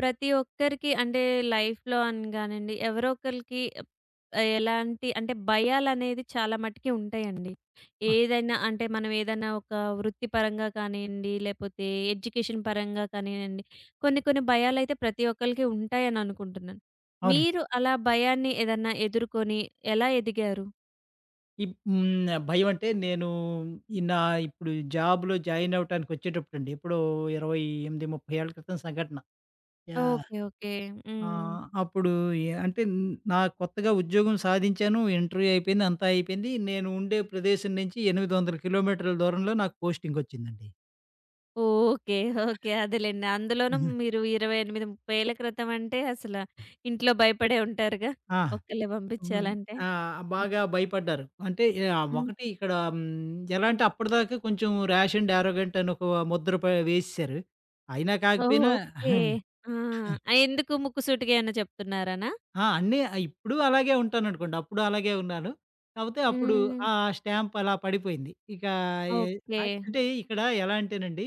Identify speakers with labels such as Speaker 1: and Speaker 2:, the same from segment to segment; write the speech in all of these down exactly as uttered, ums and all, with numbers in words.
Speaker 1: ప్రతి ఒక్కరికి అంటే లైఫ్‌లో అని గానండి, ఎవరో ఒకళ్ళకి ఆహ్, ఎలాంటి అంటే భయాలనేది చాలా మటికి ఉంటాయండి.
Speaker 2: ఆ!
Speaker 1: ఏదైనా అంటే మనం ఏదైనా ఒక వృత్తిపరంగా కానియండి, లేపోతే ఎడ్యుకేషన్ పరంగా కానియండి, కొన్ని కొన్ని భయాలైతే ప్రతి ఒక్కళ్ళకి ఉంటాయని అనుకుంటున్నాను.
Speaker 2: అవునండి.
Speaker 1: మీరు అలా భయాన్ని ఏదన్నా ఎదుర్కొని ఎలా ఎదిగారు?
Speaker 2: ఇప్ హ్మ్. భయం అంటే నేను ఈ నా ఇప్పుడు జాబ్‌లో జాయిన్ అవ్వటానికి వచ్చేటప్పుడండి. ఎప్పుడో ఇరవై ఎనిమిది, ముప్పై ఏళ్ల క్రితం సంఘటన. యాహ్!
Speaker 1: ఓకే. ఓకే. హ్మ్.
Speaker 2: ఆహ్, అప్పుడు ఎ అంటే న- నా కొత్తగా ఉద్యోగం సాధించాను. ఇంటర్వ్యూ అయిపోయింది. అంతా అయిపోయింది. నేను ఉండే ప్రదేశం నుంచి ఎనిమిది వందల కిలోమీటర్ల దూరంలో నాకు పోస్టింగ్ వచ్చిందండి.
Speaker 1: ఓకే. ఓకే. అదేలెండి. అందులోనూ
Speaker 2: హుహు.
Speaker 1: మీరు ఇరవై ఎనిమిది, ముప్పై ఏళ్ల క్రితం అంటే అసల ఇంట్లో భయపడే ఉంటారుగా?
Speaker 2: ఆ!
Speaker 1: ఒక్కళ్ళే
Speaker 2: హ్మ్.
Speaker 1: పంపించాలంటే?
Speaker 2: ఆ! బాగా భయపడ్డారు. అంటే ఆహ్,
Speaker 1: హ్మ్.
Speaker 2: ఒకటి ఇక్కడ హ్మ్, ఎలా అంటే అప్పటిదాకా కొంచెం ర్యాష్ అండ్ యారోగెంట్ అని ఒక ముద్ర ప వేసేసారు. అయినా కాకపోయినా
Speaker 1: ఓకే. ఆ! ఆహ్, ఎందుకు ముక్కుసూటిగా ఏమన్నా చెప్తున్నారనా?
Speaker 2: ఆ! అన్నీ ఆహ్, ఇప్పుడు అలాగే ఉంటాననుకోండి. అప్పుడు అలాగే ఉన్నాను. కాపోతే అప్పుడు
Speaker 1: హ్మ్.
Speaker 2: ఆ స్టాంప్ అలా పడిపోయింది. ఇక ఎ
Speaker 1: ఓకే.
Speaker 2: అన్ అంటే ఇక్కడ ఎలా అంటేనండి,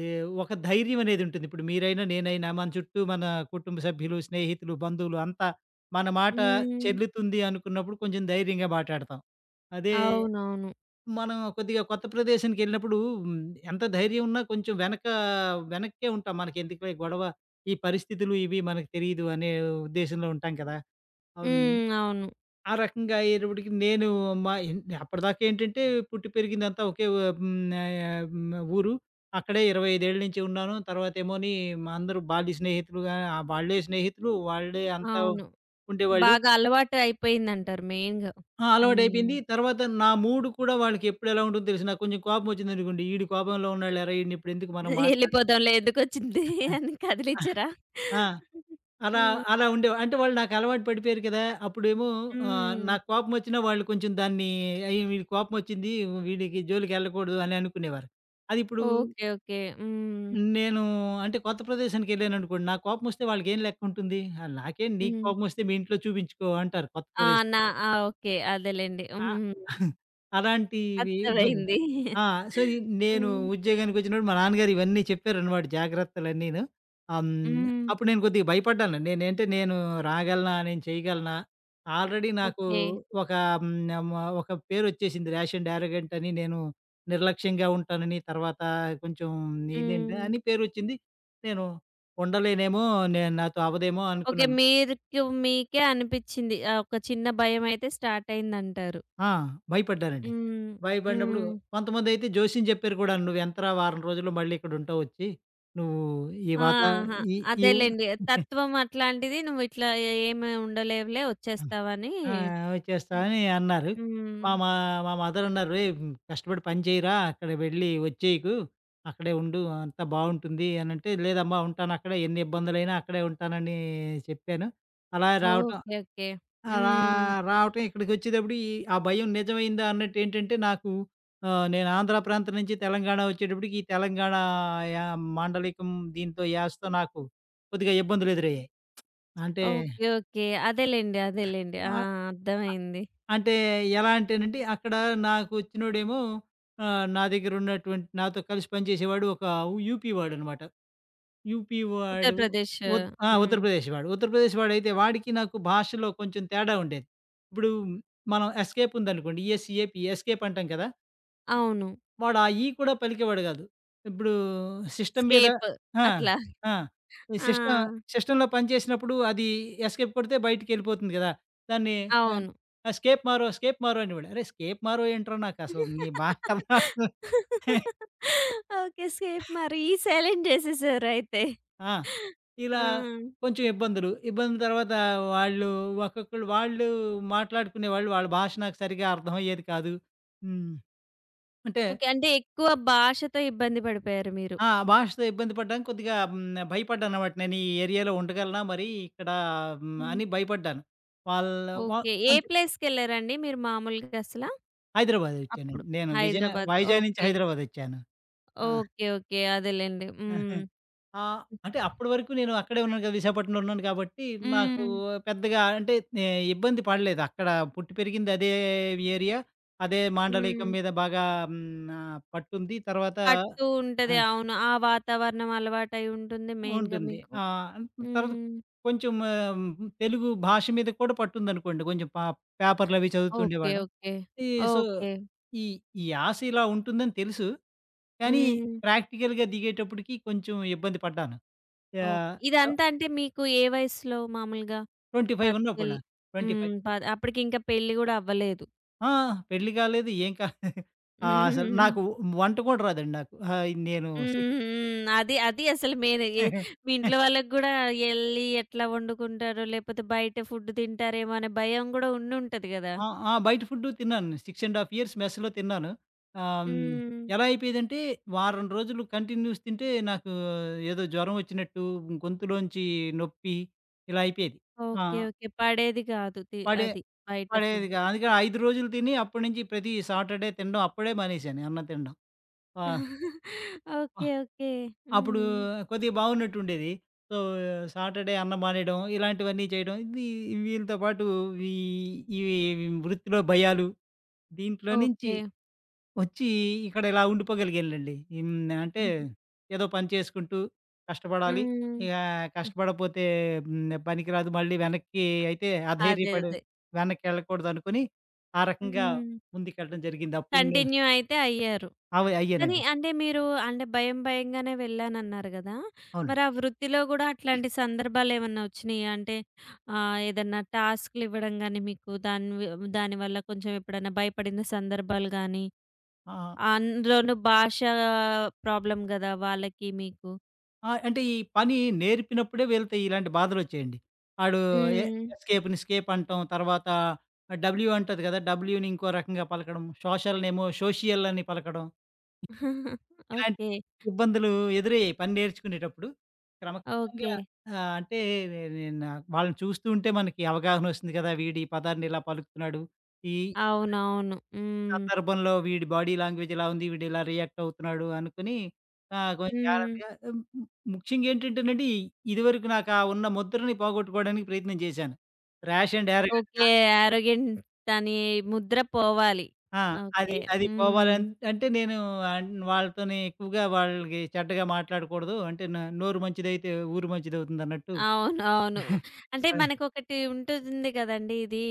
Speaker 2: ఈ ఒక ధైర్యం అనేదుంటుంది. ఇప్పుడు మీరైనా, నేనైనా మన చుట్టూ మన కుటుంబ సభ్యులు, స్నేహితులు, బంధువులు అంతా మన మాట
Speaker 1: హ్మ్.
Speaker 2: చెల్లుతుంది అనుకున్నప్పుడు కొంచెం ధైర్యంగా మాటాడతాం. అదే
Speaker 1: అవునవును.
Speaker 2: మనం కొద్దిగా కొత్త ప్రదేశానికెళ్ళినప్పుడు హ్మ్, ఎంత ధైర్యం ఉన్నా కొంచెం వెనక వెనక్కే ఉంటాం. మనకెందుకులే గొడవ, ఈ పరిస్థితులు ఇవి మనకు తెలీదు అనే ఉద్దేశంలో ఉంటాం కదా! ఆహ్, హ్మ్.
Speaker 1: హ్మ్. అవును.
Speaker 2: ఆ రకంగా అయ్యేటప్పటికి నేను మా ఇన్ అప్పటిదాకా ఏంటంటే పుట్టి పెరిగిందంతా ఒకే వ హ్మ్. ఆహ్, హ్మ్. ఊరు. అక్కడే ఇరవై ఐదు ఏళ్ల నుంచి ఉన్నాను. తర్వాతేమోని మా అందరూ బాల్య స్నేహితులుగా ఆహ్, వాళ్ళే స్నేహితులు. వాళ్ళే అంతా
Speaker 1: అవును.
Speaker 2: ఉండేవాళ్ళు.
Speaker 1: బాగా అలవాటు అయిపోయిందంటారు మెయిన్‌గా.
Speaker 2: ఆ!
Speaker 1: హ్మ్.
Speaker 2: అలవాటైపోయింది. తర్వాత నా మూడ్ కూడా వాళ్ళకెప్పుడు ఎలా ఉంటుందో తెలుసు. నాకు కొంచెం కోపం వచ్చిందనుకోండి, ఈడు కోపంలో ఉన్నాడులేరా! ఈడినిప్పుడెందుకు మనం మాట్లాడడం
Speaker 1: ఎళ్ళిపోదాంలే ఎందుకొచ్చింది అని కదిలిచ్చారా?
Speaker 2: ఆ! అలా
Speaker 1: హ్మ్.
Speaker 2: అలా ఉండేవా అంటే వాళ్ళు నాకు అలవాటు పడిపోయారు కదా! అప్పుడేమో ఆహ్,
Speaker 1: హ్మ్.
Speaker 2: నాకు కోపమొచ్చినా వాళ్ళు కొంచెం దాన్ని అయ్యో! వీడికి కోపమొచ్చింది వీడికి జోలికెళ్ళకూడదు అని అనుకునేవారు. అది ఇప్పుడు
Speaker 1: ఓకే. ఓకే. హ్మ్.
Speaker 2: నేను అంటే కొత్త ప్రదేశానికెళ్ళాననుకోండి, నాకు కోపమొస్తే వాళ్ళకేం లెక్కుంటుంది? ఆహ్, నాకేం నీకు
Speaker 1: హ్మ్.
Speaker 2: కోపమొస్తే మీ ఇంట్లో చూపించుకో అంటారు కొత్త
Speaker 1: ఆ!
Speaker 2: ప్రదేశం.
Speaker 1: నా ఆ! ఓకే. అదేలెండి.
Speaker 2: ఆ!
Speaker 1: హ్మ్.
Speaker 2: అలాంటివి ఇబ్బంది.
Speaker 1: అర్థమైంది.
Speaker 2: ఆ! సో, ఈ నేను
Speaker 1: హ్మ్.
Speaker 2: ఉద్యోగానికొచ్చినప్పుడు మా నాన్నగారు ఇవన్నీ చెప్పారనమాట జాగ్రత్తలన్నీను. ఆహ్, హ్మ్,
Speaker 1: హ్మ్.
Speaker 2: అప్పుడు నేను కొద్దిగా భయపడ్డాను. నేనంటే నేను రాగలనా? నేను చేయగలనా? ఆల్రెడీ నాకు
Speaker 1: ఓకే.
Speaker 2: ఒక హ్మ్, మ ఒక పేరొచ్చేసింది ర్యాష్ అండ్ యారోగెంట్ అని. నేను నిర్లక్ష్యంగా ఉంటానని, తర్వాత కొంచెం ఇదేంటి
Speaker 1: హ్మ్.
Speaker 2: అని పేరొచ్చింది. నేను ఉండలేనేమో, నేను నాతో అవ్వదేమో
Speaker 1: ఓకే.
Speaker 2: అనుకున్నాను.
Speaker 1: మీరుకు మీకే అనిపిచ్చింది. ఆహ్, ఒక చిన్న భయమైతే స్టార్ట్ అయిందంటారు.
Speaker 2: ఆ! భయపడ్డానండి.
Speaker 1: హ్మ్.
Speaker 2: భయపడినప్పుడు
Speaker 1: హ్మ్.
Speaker 2: కొంతమందైతే జోస్యం చెప్పారు కూడాను. "నువ్వెంతరా వారం రోజుల్లో మళ్ళీ ఇక్కడుంటావు వచ్చి. నువ్వు ఈ వాతా
Speaker 1: ఆహా!
Speaker 2: ఈ ఈ"
Speaker 1: అదేలెండి. తత్వం అట్లాంటిది నువ్వు ఇట్లా ఏ ఏమి ఉండలేవులే వచ్చేస్తావని.
Speaker 2: ఆ! వచ్చేస్తా అని అన్నారు.
Speaker 1: హ్మ్.
Speaker 2: మా మా మా మదరన్నారు, "ఏయ్! కష్టపడి పని చేయరా, అక్కడ వెళ్ళి వచ్చేయకు. అక్కడే ఉండు అంతా బావుంటుంది" అనంటే, "లేదమ్మా ఉంటానక్కడే ఎన్ని ఇబ్బందులైనా అక్కడే ఉంటానని" చెప్పాను. అలా రావటం
Speaker 1: ఓకే. ఓకే.
Speaker 2: అలా
Speaker 1: హ్మ్.
Speaker 2: రావటం ఇక్కడికొచ్చేటప్పుడు ఈ ఆ భయం నిజమైందా అన్నట్టేంటంటే నాకు ఆహ్, నేను ఆంధ్ర ప్రాంతం నుంచి తెలంగాణ వచ్చేటప్పటికి ఈ తెలంగాణ యా మాండలికం దీంతో యాసతో నాకు కొద్దిగా ఇబ్బందులెదురయ్యాయి. అంటే
Speaker 1: ఓకే. ఓకే. అదేలెండి. అదేలెండి. ఆ!
Speaker 2: ఆహ్,
Speaker 1: అర్థమైంది.
Speaker 2: అంటే ఎలా అంటేనండి అక్కడ నాకొచ్చినోడేమో, ఆహ్, నా దగ్గరున్నటువంటి నాతో కలిసి పనిచేసేవాడు ఒక యూపీ వాడనమాట. యూపీ వాడు.
Speaker 1: ఉత్తరప్రదేశ్.
Speaker 2: ఉత్ ఆ!
Speaker 1: హ్మ్.
Speaker 2: ఉత్తరప్రదేశ్ వాడు. ఉత్తరప్రదేశ్ వాడైతే వాడికి నాకు భాషలో కొంచెం తేడా ఉండేది. ఇప్పుడు మనం ఎస్కేప్ ఉందనుకోండి, ఈఎస్ఈఏపీ ఎస్కేప్ అంటాం కదా!
Speaker 1: అవును.
Speaker 2: వాడు ఆ ఈ కూడా పలికేవాడు కాదు. ఇప్పుడు సిస్టమ్ మీద
Speaker 1: స్కేప్
Speaker 2: ఆ!
Speaker 1: అట్లా.
Speaker 2: ఆ! ఈ
Speaker 1: ఆ!
Speaker 2: సిస్టమ్ సిస్టమ్‌లో పనిచేసినప్పుడు అది ఎస్కేప్ కొడితే బయటికెళ్ళిపోతుంది కదా! దాన్ని ఆ!
Speaker 1: అవును.
Speaker 2: ఆ! స్కేప్ మారో, స్కేప్ మారో అనేవాడు. అరేయ్! స్కేప్ మారో ఏంట్రా నాకసలు నీ భాష అర్థం అవ్వట్లేదు.
Speaker 1: ఓకే. స్కేప్ మరి సైలెంట్ చేసేసారయితే.
Speaker 2: ఆ!
Speaker 1: ఆ!
Speaker 2: ఇలా కొంచెం ఇబ్బందులు. ఇబ్బంది తర్వాత వాళ్ళు ఒక్కొక్కళ్ళు వాళ్ళు మాట్లాడుకునేవాళ్ళు. వాళ్ళ భాష నాకు సరిగ్గా అర్థమయ్యేది కాదు. హ్మ్. అంటే
Speaker 1: ఓకే. అంటే ఎక్కువ భాషతో ఇబ్బంది పడిపోయారు మీరు.
Speaker 2: ఆ! భాషతో ఇబ్బంది పడ్డానికి కొద్దిగా హ్మ్. భయపడ్డాననమాట. నేను ఈ ఏరియాలో ఉండగలనా మరి ఇక్కడ హ్మ్.
Speaker 1: హ్మ్.
Speaker 2: అని భయపడ్డాను. వాళ్ళ వ
Speaker 1: ఓకే. ఏ
Speaker 2: కొంచెం
Speaker 1: ప్లేస్‌కెళ్లారండి మీరు మామూలుగా అసలా? అప్పుడు.
Speaker 2: హైదరాబాదొచ్చానండి. నేను విజయన
Speaker 1: హైదరాబాద్.
Speaker 2: వైజాగ్ నుంచి
Speaker 1: ఓకే.
Speaker 2: హైదరాబాదొచ్చాను. ఆ!
Speaker 1: ఓకే. ఓకే. అదేలెండి. హ్మ్.
Speaker 2: ఆ! అంటే అప్పటి వరకు నేను అక్కడే ఉన్నాను కదా! విశాఖపట్నంలో ఉన్నాను కాబట్టి, నాకు
Speaker 1: హ్మ్.
Speaker 2: పెద్దగా అంటే నే ఇబ్బంది పడలేదు. అక్కడ పుట్టి పెరిగింది అదే ఏరియా. అదే మాండలికం
Speaker 1: హ్మ్.
Speaker 2: మీద బాగా హ్మ్, ఆహ్, పట్టుంది. తర్వాత
Speaker 1: పడుతూ
Speaker 2: ఆ!
Speaker 1: ఉంటది. అవును. ఆ వాతావరణం అలవాటై ఉంటుంది మెయిన్‌గా
Speaker 2: ఉంటుంది.
Speaker 1: మీకు.
Speaker 2: ఆ! తర్వాత
Speaker 1: హ్మ్.
Speaker 2: కొంచెం ఆహ్, తెలుగు భాష మీద కూడా పట్టుందనుకోండి. కొంచెం పా పేపర్‌లు అవి
Speaker 1: ఓకే.
Speaker 2: చదువుతుండేవాళ్ళం.
Speaker 1: ఓకే.
Speaker 2: ఈ సో,
Speaker 1: ఓకే.
Speaker 2: ఈ ఈ యాస ఇలా ఉంటుందని తెలుసు. కానీ
Speaker 1: హ్మ్.
Speaker 2: ప్రాక్టికల్‌గా దిగేటప్పటికి కొంచెం ఇబ్బంది పడ్డాను.
Speaker 1: ఓకే.
Speaker 2: యాహ్!
Speaker 1: ఇదంతా అంటే మీకు ఏ వయసులో మామూలుగా?
Speaker 2: ఇరవై ఐదు
Speaker 1: 10కెళ్
Speaker 2: ఉన్నప్పుడా?
Speaker 1: హ్మ్.
Speaker 2: ఇరవై ఐదు
Speaker 1: పద్ అప్పటికింకా పెళ్లి గూడా అవ్వలేదు.
Speaker 2: ఆ! పెళ్లి కాలేదు. ఏం కాలేదు.
Speaker 1: హ్మ్.
Speaker 2: ఆ! అసలు
Speaker 1: హ్మ్.
Speaker 2: నాకు వంట కూడా రాదండి నాకు. ఆహ్, నేను సిక్
Speaker 1: హ్మ్. అది అది అసలు మెయిన్. ఏ మీ ఇంట్లో వాళ్ళకి గూడా ఎళ్లి ఎట్లా వండుకుంటారో, లేపోతే బయట ఫుడ్ తింటారేమో అనే భయం గూడా ఉండుంటది గదా!
Speaker 2: ఆ! ఆ! బయట ఫుడ్డు తిన్నాను. ఆరున్నర ½ ఇయర్స్ మెస్‌లో తిన్నాను. ఆహ్, హ్మ్,
Speaker 1: హ్మ్.
Speaker 2: ఎలా అయిపోయేదంటే వారం రోజులు కంటిన్యూస్ తింటే నాకు ఏదో జ్వరం వచ్చినట్టు, గొంతులోంచి నొప్పి ఇలా అయిపోయేది. ఆ!
Speaker 1: ఓకే. ఓకే. పడేది గాదు. తి
Speaker 2: పడే
Speaker 1: అది బయట ఫుడ్.
Speaker 2: పడేదిగా అందుకే ఐదు రోజులు తిని అప్పటి నుంచి ప్రతి సాటర్‌డే తినడం అప్పుడే మానేశాను అన్నం తినడం. ఆ!
Speaker 1: ఓకే. ఓకే.
Speaker 2: అప్పుడు
Speaker 1: హ్మ్.
Speaker 2: కొద్దిగా బాగున్నట్టుండేది. సో, సాటర్‌డే అన్నం మానేయడం, ఇలాంటివన్నీ చేయడం. ఇది వీళ్ళతో పాటు ఈ ఈ వృత్తిలో భయాలు, దీంట్లో నుంచి
Speaker 1: ఓకే.
Speaker 2: వచ్చి ఇక్కడ ఇలా ఉండిపోగలిగానులెండి. హ్మ్. అంటే
Speaker 1: హుహు.
Speaker 2: ఏదో పని చేసుకుంటూ కష్టపడాలి.
Speaker 1: హ్మ్.
Speaker 2: ఇక కష్టపడపోతే హ్మ్. పనికిరాదు. మళ్ళీ వెనక్కి అయితే
Speaker 1: అదే.
Speaker 2: అధైర్యపడి
Speaker 1: అదే.
Speaker 2: వెనక్కెళ్ళకూడదనుకుని, ఆ రకంగా
Speaker 1: హ్మ్.
Speaker 2: ముందుకెళ్ళడం జరిగింది. అప్పుడు నే
Speaker 1: కంటిన్యూ అయితే అయ్యారు.
Speaker 2: అవ్
Speaker 1: కానీ
Speaker 2: అయ్యానండి.
Speaker 1: అంటే మీరు అంటే భయం భయంగానే వెళ్ళానన్నారు గదా! మరి
Speaker 2: అవునండి.
Speaker 1: ఆ వృత్తిలో గూడా అట్లాంటి సందర్భాలేమన్నా ఒచ్చినాయా? అంటే ఆహ్, ఏదన్నా టాస్క్‌లు ఇవ్వడం గానీ మీకు దాని వి దానివల్ల కొంచెం ఎప్పుడన్నా భయపడిన సందర్భాలు గానీ,
Speaker 2: ఆ!
Speaker 1: అందులోనూ భాష ప్రాబ్లమ్ గదా! వాళ్ళకి మీకు.
Speaker 2: ఆ! అంటే ఈ పని నేర్పినప్పుడే వీళ్ళతో ఇలాంటి బాధలొచ్చాయండి. ఆడు ఎ
Speaker 1: హ్మ్.
Speaker 2: ఎస్‌కేప్‌ని స్కేప్ అంటాం. తర్వాత డబ్ల్యూ అంటది కదా! డబ్ల్యూని ఇంకో రకంగా పలకడం. సోషల్‌నేమో సోషియల్ అని పలకడం. ఇలాంటి
Speaker 1: ఓకే.
Speaker 2: ఇబ్బందులు ఎదురయ్యాయి పని నేర్చుకునేటప్పుడు.
Speaker 1: ఓకే.
Speaker 2: క్రమక్రమంగా ఆహ్, అంటే నే నేను వాళ్ళని చూస్తూ ఉంటే మనకి అవగాహనొస్తుంది కదా! వీడు ఈ పదాన్ని ఇలా పలుకుతున్నాడు. ఈ
Speaker 1: అవునవును. హ్మ్.
Speaker 2: సందర్భంలో వీడి బాడీ లాంగ్వేజ్ ఇలా ఉంది. వీడు ఇలా రియాక్ట్ అవుతున్నాడు అనుకుని ఆహ్, కొంచెం
Speaker 1: హ్మ్.
Speaker 2: జాగ్రత్తగా హ్మ్, ము ముఖ్యంగా ఏంటంటేనండి ఇదివరకు నాకు ఆ ఉన్న ముద్రని పోగొట్టుకోవడానికి ప్రయత్నం చేశాను. ర్యాష్ అండ్ ఎర్రగడ్డ
Speaker 1: ఓకే. యారోగెంట్ అని ముద్ర పోవాలి.
Speaker 2: ఆ! అది
Speaker 1: ఓకే.
Speaker 2: అది
Speaker 1: హ్మ్.
Speaker 2: పోవాలని అంటే నేను ఆహ్, వాళ్ళతోని ఎక్కువగా వాళ్ళకి చెడ్డగా మాట్లాడకూడదు. అంటే నా నోరు మంచిదైతే ఊరు మంచిదవుతుందన్నట్టు
Speaker 1: అవునవును. అంటే
Speaker 2: ఆ!
Speaker 1: మనకొకటి ఉంటుంది గదండీ! ఇది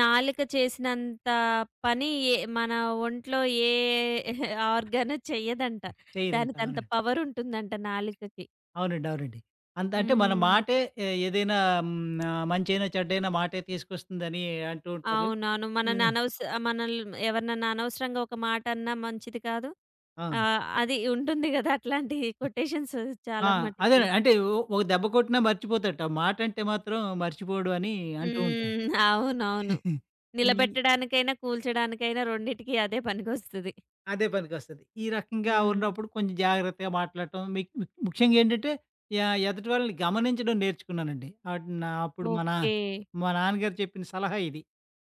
Speaker 1: నాలుక చేసినంత పని ఏ మన ఒంట్లో ఏ ఆర్గాను చెయ్యదంట.
Speaker 2: చేయదంట.
Speaker 1: దానికంత
Speaker 2: అవునండి.
Speaker 1: పవరుంటుందంట నాలుకకి.
Speaker 2: అవునండి. అవునండి. అంత అంటే మన
Speaker 1: హ్మ్.
Speaker 2: మాటే ఏ- ఏదైనా హ్మ్, ఆహ్, మంచైనా చెడ్డైనా మాటే తీసుకొస్తుందని అంటూ ఉంటారు.
Speaker 1: అవునవును. మనని అనవస మనల్ ఎవరినన్నా అనవసరంగా ఒక మాటన్నా మంచిది కాదు.
Speaker 2: ఆ!
Speaker 1: ఆహ్, అది ఉంటుంది గదా! అట్లాంటి కొటేషన్స్
Speaker 2: ఆ!
Speaker 1: చాలా మటికి.
Speaker 2: అదేనండి. అంటే ఓ ఒక దెబ్బ కొట్టినా మర్చిపోతాడట. ఆ మాటంటే మాత్రం మర్చిపోడు అని అంటూ ఉంటారు.
Speaker 1: హ్మ్. అవునవును.
Speaker 2: ఈ
Speaker 1: నిలబెట్టడానికైనా, కూల్చడానికైనా రెండిటికి అదే పనికొస్తది.
Speaker 2: అదే పనికొస్తది. ఈ రకంగా
Speaker 1: హ్మ్.
Speaker 2: ఉన్నప్పుడు కొంచెం జాగ్రత్తగా మాట్లాడటం మిక్ మిక్ ముఖ్యంగా ఏంటంటే య ఎదుటి వాళ్ళని గమనించడం నేర్చుకున్నానండి. అటు నా అప్పుడు మా నా
Speaker 1: ఓకే.
Speaker 2: మా నాన్నగారు చెప్పిన సలహా ఇది.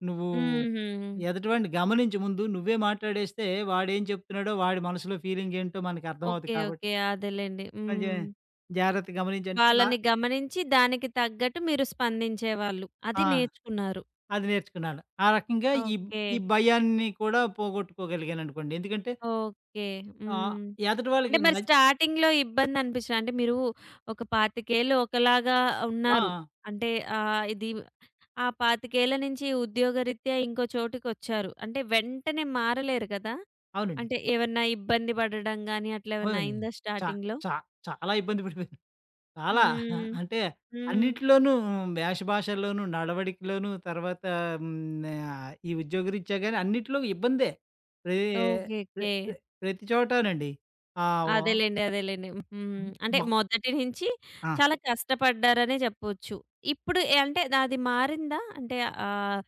Speaker 2: "నువ్వు
Speaker 1: హుహు.
Speaker 2: ఎదుటివాడిని గమనించు ముందు. నువ్వే మాట్లాడేస్తే వాడేం చెప్తున్నాడో, వాడి మనసులో ఫీలింగ్ ఏంటో మనకు అర్థమవుతది
Speaker 1: ఓకే.
Speaker 2: కాబట్టి
Speaker 1: ఓకే. అదేలెండి.
Speaker 2: కొంచెం
Speaker 1: హ్మ్.
Speaker 2: జాగ్రత్తగా గమనించంటే." ఆ!
Speaker 1: వాళ్ళని గమనించి దానికి తగ్గట్టు మీరు స్పందించేవాళ్ళు. అది
Speaker 2: ఆ!
Speaker 1: నేర్చుకున్నారు.
Speaker 2: అది నేర్చుకున్నాను. ఆ రకంగా ఈ
Speaker 1: ఓకే.
Speaker 2: ఈ భయాన్ని కూడా పోగొట్టుకోగలిగాననుకోండి. ఎందుకంటే
Speaker 1: ఓకే.
Speaker 2: ఆహ్,
Speaker 1: హ్మ్.
Speaker 2: ఎదటి
Speaker 1: అంటే
Speaker 2: వాళ్ళకి
Speaker 1: మరి
Speaker 2: నచ్
Speaker 1: స్టార్టింగ్‌లో ఇబ్బందనిపించదా? అంటే మీరు ఒక ఇరవై ఐదు ఏళ్ళు ఒకలాగా
Speaker 2: ఆ!
Speaker 1: ఉన్నారు.
Speaker 2: ఆ!
Speaker 1: అంటే ఆహ్, ఇది ఆ ఇరవై ఐదు ఏళ్ల నుంచి ఉద్యోగరీత్యా ఇంకో చోటుకొచ్చారు. అంటే వెంటనే మారలేరు కదా!
Speaker 2: అవునండి.
Speaker 1: అంటే ఏమన్నా ఇబ్బంది పడడం గాని అట్లా ఏమన్నా
Speaker 2: అవును.
Speaker 1: అయిందా
Speaker 2: చా
Speaker 1: స్టార్టింగ్‌లో?
Speaker 2: చా చాలా ఇబ్బంది పడిపోయాను. చాలా
Speaker 1: హ్మ్.
Speaker 2: అంటే
Speaker 1: హ్మ్.
Speaker 2: అన్నిట్లోనూ వేష భాషల్లోనూ, నడవడికలోనూ తర్వాత హ్మ్, ఆహ్, ఈ ఉద్యోగరీత్యా గాని అన్నిట్లో ఇబ్బందే. ప్రే
Speaker 1: ఓకే.
Speaker 2: ప్రె
Speaker 1: ఓకే.
Speaker 2: ప్రె ప్రతి చోటానండి. ఆ! ఓ
Speaker 1: అదేలెండి. అదేలెండి. హ్మ్.
Speaker 2: హ్మ్.
Speaker 1: అంటే
Speaker 2: బ
Speaker 1: మొదటి నుంచి
Speaker 2: ఆ!
Speaker 1: చాలా కష్టపడ్డారనే చెప్పొచ్చు. ఇప్పుడు ఎ అంటే అది మారిందా? అంటే ఆహ్,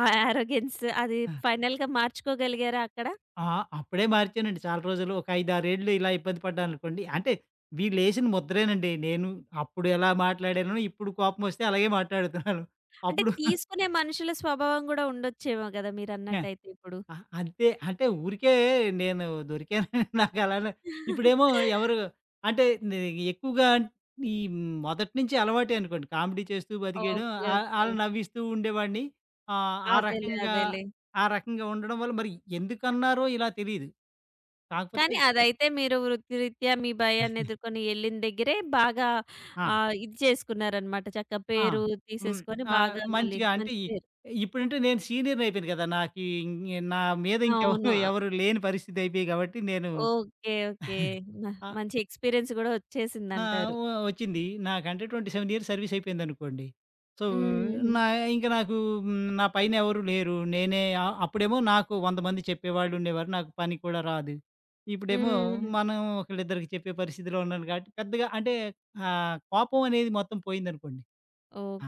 Speaker 1: ఆ యారోగెన్స్ అది
Speaker 2: ఆ!
Speaker 1: ఫైనల్‌గా మార్చుకోగలిగారా అక్కడ?
Speaker 2: ఆ! అప్పుడే మార్చానండి. చాలా రోజులు ఒక ఐదు, ఆరు ఏళ్ళు ఇలా ఇబ్బంది పడ్డాననుకోండి. అంటే వీళ్ళేసిన ముద్రేనండి. నేను అప్పుడు ఎలా మాట్లాడానో ఇప్పుడు కోపమొస్తే అలాగే మాట్లాడుతున్నాను.
Speaker 1: అంటే
Speaker 2: అప్పుడు
Speaker 1: తీసుకునే మనుషుల స్వభావం గూడా ఉండొచ్చేమో గదా!
Speaker 2: యాహ్!
Speaker 1: మీరన్నట్టయితే ఇప్పుడు.
Speaker 2: అ అంతే. అంటే ఊరికే నేను దొరికానని నాకలానే ఇప్పుడేమో ఎవరు అంటే నే ఎక్కువగా ఈ మొదటి నుంచి అలవాటే అనుకోండి. కామెడీ చేస్తూ బతికేయడం
Speaker 1: ఓకే.
Speaker 2: ఆ
Speaker 1: ఓకే.
Speaker 2: అలా నవ్విస్తూ ఉండేవాడిని. ఆహ్, ఆ
Speaker 1: అదేలే.
Speaker 2: రకంగా
Speaker 1: అదేలే.
Speaker 2: ఆ రకంగా ఉండడం వల్ల మరి ఎందుకన్నారో ఇలా తెలీదు. కాకపోతే
Speaker 1: కానీ అదైతే మీరు వృత్తిరీత్యా మీ భయాన్ని ఎదుర్కొని ఎళ్ళిన దగ్గరే బాగా
Speaker 2: ఆ!
Speaker 1: ఆహ్, ఇది చేసుకున్నారనమాట. చక్కగా
Speaker 2: ఆ!
Speaker 1: పేరు
Speaker 2: హ్మ్.
Speaker 1: తీసేసుకొని
Speaker 2: ఆహ్,
Speaker 1: బాగా మళ్ళీ
Speaker 2: మంచిగా అంటే
Speaker 1: మంచి
Speaker 2: ఇ
Speaker 1: పేరు.
Speaker 2: ఇప్పుడంటే నేను సీనియర్‌ని అయిపోయాను కదా! నాకు ఇంగ నా మీద
Speaker 1: అవును.
Speaker 2: ఇంకెవరు
Speaker 1: ఆ!
Speaker 2: ఎవరు లేని పరిస్థితి అయిపోయి కాబట్టి నేను
Speaker 1: ఓకే. ఓకే. మ
Speaker 2: ఆ!
Speaker 1: మంచి ఎక్స్‌పీరియన్స్ గూడా
Speaker 2: ఆ!
Speaker 1: ఒచ్చేసిందంటారు.
Speaker 2: వ వచ్చింది. నాకంటే ఇరవై ఏడు ఇయర్స్ సర్వీస్ అయిపోయిందనుకోండి. సో,
Speaker 1: హుహు.
Speaker 2: నా ఇంక నాకు హ్మ్, నా పైన ఎవరు లేరు. నేనే ఆహ్, అప్పుడేమో నాకు వంద మంది చెప్పేవాళ్ళు ఉండేవారు. నాకు పని కూడా రాదు. ఇప్పుడేమో
Speaker 1: హ్మ్.
Speaker 2: మనం ఒకళ్ళిద్దరికి చెప్పే పరిస్థితిలో ఉన్నాను కాబట్టి పెద్దగా అంటే ఆహ్, కోపం అనేది మొత్తం పోయిందనుకోండి.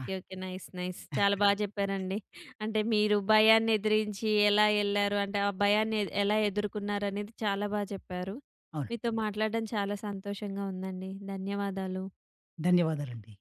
Speaker 2: ఆ!
Speaker 1: ఓకే. నైస్. నైస్. చాలా బా జెప్పారండి. అంటే మీరు భయాన్ని ఎదిరించి ఎలా ఎళ్లారు? అంటే ఆ భయాన్ని ఎ ఎలా ఎదుర్కొన్నారనేది చాలా బా జెప్పారు.
Speaker 2: అవును.
Speaker 1: మీతో మాట్లాడడం చాలా సంతోషంగా ఉందండి. ధన్యవాదాలు.
Speaker 2: ధన్యవాదాలండి.